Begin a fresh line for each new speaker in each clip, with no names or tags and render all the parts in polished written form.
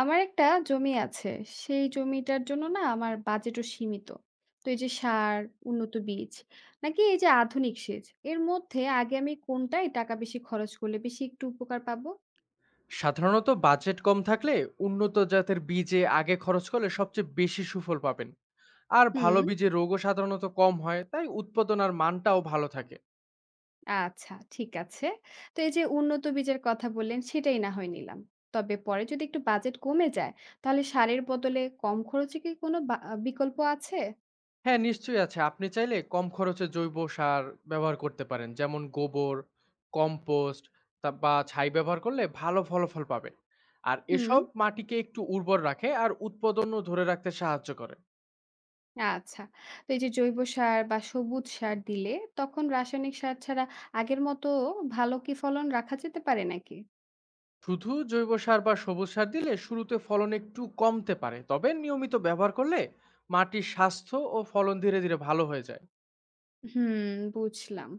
আমার একটা জমি আছে। সেই জমিটার জন্য না আমার বাজেটও সীমিত। তো এই যে সার, উন্নত বীজ নাকি এই যে আধুনিক সেচ এর মধ্যে আগে আমি কোনটায় টাকা বেশি খরচ করলে বেশি একটু উপকার পাবো?
সাধারণত বাজেট কম থাকলে উন্নত জাতের বীজে আগে খরচ করলে সবচেয়ে বেশি সুফল পাবেন। আর ভালো
হুম,
বীজের রোগও সাধারণত কম হয়, তাই উৎপাদন আর মানটাও ভালো থাকে।
আচ্ছা ঠিক আছে। তো এই যে উন্নত বীজের কথা বললেন সেটাই না হয় নিলাম। তবে পরে যদি একটু বাজেট কমে যায় তাহলে সারের বদলে কম খরচে কি কোনো বা বিকল্প আছে?
হ্যাঁ, নিশ্চয়ই আছে। আপনি চাইলে কম খরচে জৈব সার ব্যবহার করতে পারেন, যেমন গোবর, কম্পোস্ট, বা ছাই ব্যবহার করলে ভালো ফলাফল পাবেন। আর
হুম।
এসব মাটিকে একটু উর্বর রাখে আর উৎপাদনও ধরে রাখতে সাহায্য করে।
আচ্ছা। তো এই যে জৈব সার বা সবুজ সার দিলে তখন রাসায়নিক সার ছাড়া আগের মতো ভালো কি ফলন রাখা যেতে পারে নাকি?
শুধু জৈব সার বা সবুজ সার দিলে শুরুতে ফলন একটু কমতে পারে, তবে নিয়মিত ব্যবহার করলে মাটির স্বাস্থ্য ও ফলন ধীরে ধীরে ভালো হয়ে যায়।
হুম, বুঝলাম।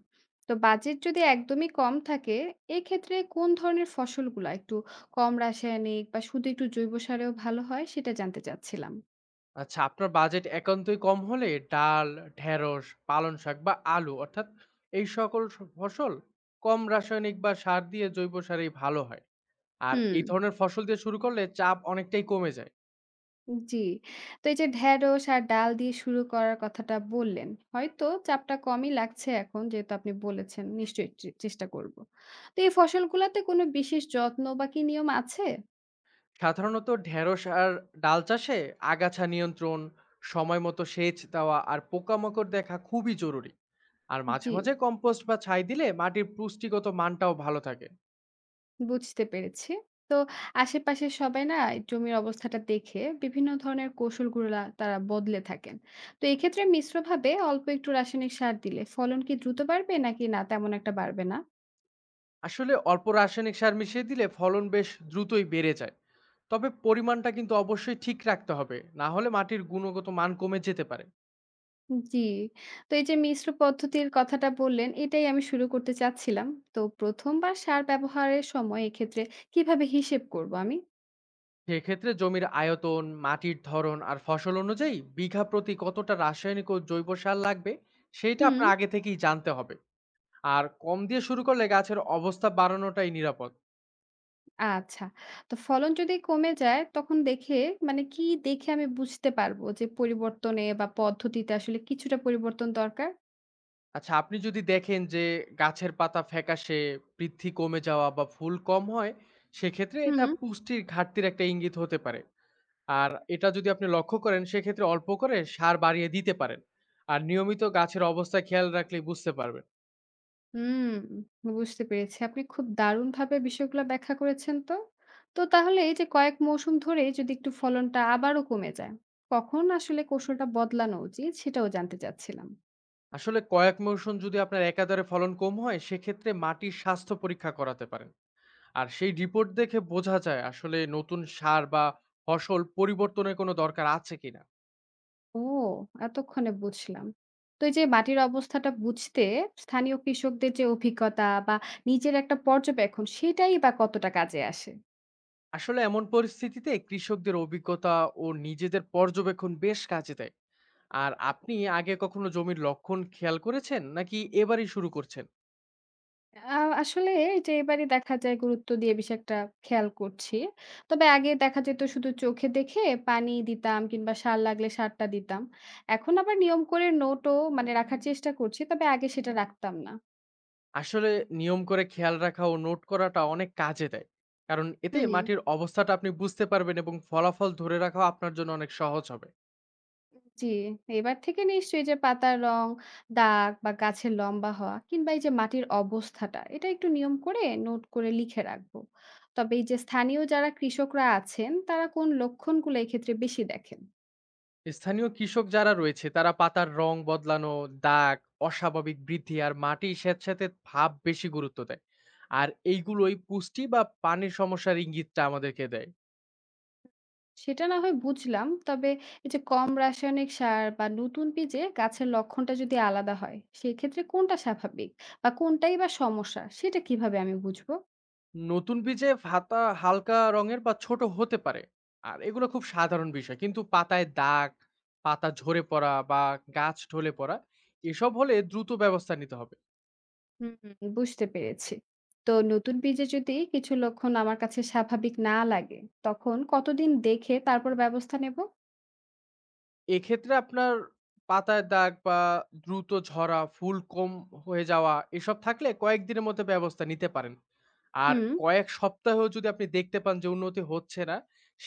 তো বাজেট যদি একদমই কম থাকে এক্ষেত্রে কোন ধরনের ফসলগুলা একটু কম রাসায়নিক বা শুধু একটু জৈব সারেও ভালো হয় সেটা জানতে চাচ্ছিলাম।
আচ্ছা, আপনার বাজেট একান্তই কম হলে ডাল, ঢেঁড়স, পালং শাক বা আলু, অর্থাৎ এই সকল ফসল কম রাসায়নিক বা সার দিয়ে জৈব সারেই ভালো হয়। আর
হুম।
এই ধরনের ফসল দিয়ে শুরু করলে চাপ অনেকটাই কমে যায়।
জি। তো এই যে ঢেঁড়স আর ডাল দিয়ে শুরু করার কথাটা বললেন। হয়তো চাপটা কমই লাগছে এখন যেহেতু আপনি বলেছেন। নিশ্চয়ই চেষ্টা করব। তো এই ফসলগুলাতে কোনো বিশেষ যত্ন বা কি নিয়ম আছে?
সাধারণত ঢেঁড়স আর ডাল চাষে আগাছা নিয়ন্ত্রণ, সময় মতো সেচ দেওয়া আর পোকামাকড় দেখা খুবই জরুরি। আর মাঝে,
জি,
মাঝে কম্পোস্ট বা ছাই দিলে মাটির পুষ্টিগত মানটাও ভালো থাকে।
বুঝতে পেরেছি। তো আশেপাশের সবাই না এই জমির অবস্থাটা দেখে বিভিন্ন ধরনের কৌশলগুলা তারা বদলে থাকেন। তো এক্ষেত্রে মিশ্রভাবে অল্প একটু রাসায়নিক সার দিলে ফলন কি দ্রুত বাড়বে নাকি না তেমন একটা বাড়বে না?
আসলে অল্প রাসায়নিক সার মিশিয়ে দিলে ফলন বেশ দ্রুতই বেড়ে যায়। তবে পরিমাণটা কিন্তু অবশ্যই ঠিক রাখতে হবে, না হলে মাটির গুণগত মান কমে যেতে পারে।
জি। তো এই যে মিশ্র পদ্ধতির কথাটা বললেন, এটাই আমি শুরু করতে চাচ্ছিলাম। তো ১ম বার সার ব্যবহারের সময় এক্ষেত্রে কিভাবে হিসেব করব আমি?
সেক্ষেত্রে জমির আয়তন, মাটির ধরন আর ফসল অনুযায়ী বিঘা প্রতি কতটা রাসায়নিক ও জৈব সার লাগবে সেটা
হুম।
আপনার আগে থেকেই জানতে হবে। আর কম দিয়ে শুরু করলে গাছের অবস্থা বাড়ানোটাই নিরাপদ।
আচ্ছা। তো ফলন যদি কমে যায় তখন দেখে মানে কি দেখে আমি বুঝতে পারবো যে পরিবর্তনে বা পদ্ধতিতে আসলে কিছুটা পরিবর্তন দরকার?
আচ্ছা, আপনি যদি দেখেন যে গাছের পাতা ফ্যাকাশে, বৃদ্ধি কমে যাওয়া বা ফুল কম হয়, সেক্ষেত্রে
হুম।
এটা পুষ্টির ঘাটতির একটা ইঙ্গিত হতে পারে। আর এটা যদি আপনি লক্ষ্য করেন সেক্ষেত্রে অল্প করে সার বাড়িয়ে দিতে পারেন। আর নিয়মিত গাছের অবস্থা খেয়াল রাখলেই বুঝতে পারবেন।
হুম, বুঝতে পেরেছি। আপনি খুব দারুণভাবে বিষয়গুলো ব্যাখ্যা করেছেন তো। তো তাহলে এই যে কয়েক মৌসুম ধরে যদি একটু ফলনটা আবারও কমে যায়, কখন আসলে কৌশলটা বদলানো উচিত সেটাও জানতে চাচ্ছিলাম।
আসলে কয়েক মৌসুম যদি আপনার একাধারে ফলন কম হয় সেক্ষেত্রে মাটির স্বাস্থ্য পরীক্ষা করাতে পারেন। আর সেই রিপোর্ট দেখে বোঝা যায় আসলে নতুন সার বা ফসল পরিবর্তনের কোনো দরকার আছে কিনা।
ও! এতক্ষণে বুঝলাম। তো এই যে মাটির অবস্থাটা বুঝতে স্থানীয় কৃষকদের যে অভিজ্ঞতা বা নিজের একটা পর্যবেক্ষণ সেটাই বা কতটা কাজে আসে?
আসলে এমন পরিস্থিতিতে কৃষকদের অভিজ্ঞতা ও নিজেদের পর্যবেক্ষণ বেশ কাজে দেয়। আর আপনি আগে কখনো জমির লক্ষণ খেয়াল করেছেন নাকি এবারই শুরু করছেন?
আ আসলে এইযে এবারে দেখা যায় গুরুত্ব দিয়ে বেশি একটা খেয়াল করছি। তবে আগে দেখা যেত শুধু চোখে দেখে পানি দিতাম কিংবা সার লাগলে সারটা দিতাম। এখন আবার নিয়ম করে নোটও মানে রাখার চেষ্টা করছি। তবে আগে সেটা রাখতাম না।
আসলে নিয়ম করে খেয়াল রাখা ও নোট করাটা অনেক কাজে দেয়, কারণ এতে
হুম,
মাটির অবস্থাটা আপনি বুঝতে পারবেন এবং ফলাফল ধরে রাখা আপনার জন্য অনেক সহজ হবে।
জি। এবার থেকে নিশ্চয়ই যে পাতার রং, দাগ বা গাছের লম্বা হওয়া কিংবা এই যে মাটির অবস্থাটা এটা একটু নিয়ম করে নোট করে লিখে রাখবো। তবে এই যে স্থানীয় যারা কৃষকরা আছেন তারা কোন লক্ষণগুলো এক্ষেত্রে বেশি দেখেন?
স্থানীয় কৃষক যারা রয়েছে তারা পাতার রং বদলানো, দাগ, অস্বাভাবিক বৃদ্ধি আর মাটি স্যাঁতস্যাঁতে ভাব বেশি গুরুত্ব দেয়। আর এইগুলোই পুষ্টি বা পানির সমস্যার ইঙ্গিতটা আমাদেরকে দেয়।
সেটা না হয় বুঝলাম। তবে এই যে কম রাসায়নিক সার বা নতুন বীজে গাছের লক্ষণটা যদি আলাদা হয়, সেক্ষেত্রে কোনটা স্বাভাবিক বা কোনটাই বা সমস্যা সেটা কিভাবে আমি বুঝবো?
নতুন বীজে পাতা হালকা রঙের বা ছোট হতে পারে, আর এগুলো খুব সাধারণ বিষয়। কিন্তু পাতায় দাগ, পাতা ঝরে পড়া বা গাছ ঢলে পড়া, এসব হলে দ্রুত ব্যবস্থা নিতে হবে।
হুম, বুঝতে পেরেছি। তো নতুন বীজে যদি কিছু লক্ষণ আমার কাছে স্বাভাবিক না লাগে, তখন কতদিন দেখে তারপর ব্যবস্থা নেব?
এক্ষেত্রে আপনার পাতায় দাগ বা দ্রুত ঝরা, ফুল কম হয়ে যাওয়া, এসব থাকলে কয়েকদিনের মধ্যে ব্যবস্থা নিতে পারেন। আর
হুম,
কয়েক সপ্তাহেও যদি আপনি দেখতে পান যে উন্নতি হচ্ছে না,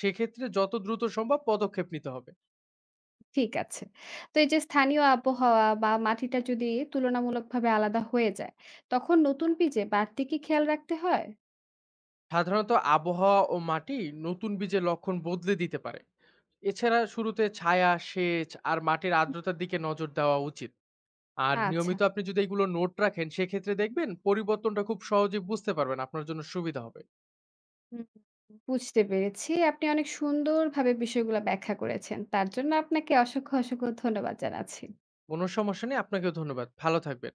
সেক্ষেত্রে যত দ্রুত সম্ভব পদক্ষেপ নিতে হবে।
ঠিক আছে। তো এই যে স্থানীয় আবহাওয়া বা মাটিটা যদি তুলনামূলকভাবে আলাদা হয়ে যায়, তখন নতুন বীজে বাড়তি কি খেয়াল রাখতে হয়?
সাধারণত আবহাওয়া ও মাটি নতুন বীজের লক্ষণ বদলে দিতে পারে। এছাড়া শুরুতে ছায়া, সেচ আর মাটির আর্দ্রতার দিকে নজর দেওয়া উচিত। আর
আচ্ছা।
নিয়মিত আপনি যদি এগুলো নোট রাখেন সেক্ষেত্রে দেখবেন পরিবর্তনটা খুব সহজেই বুঝতে পারবেন। আপনার জন্য সুবিধা হবে।
হুম, বুঝতে পেরেছি। আপনি অনেক সুন্দরভাবে বিষয়গুলো ব্যাখ্যা করেছেন। তার জন্য আপনাকে অসংখ্য, অসংখ্য ধন্যবাদ জানাচ্ছি।
কোনো সমস্যা নেই। আপনাকেও ধন্যবাদ। ভালো থাকবেন।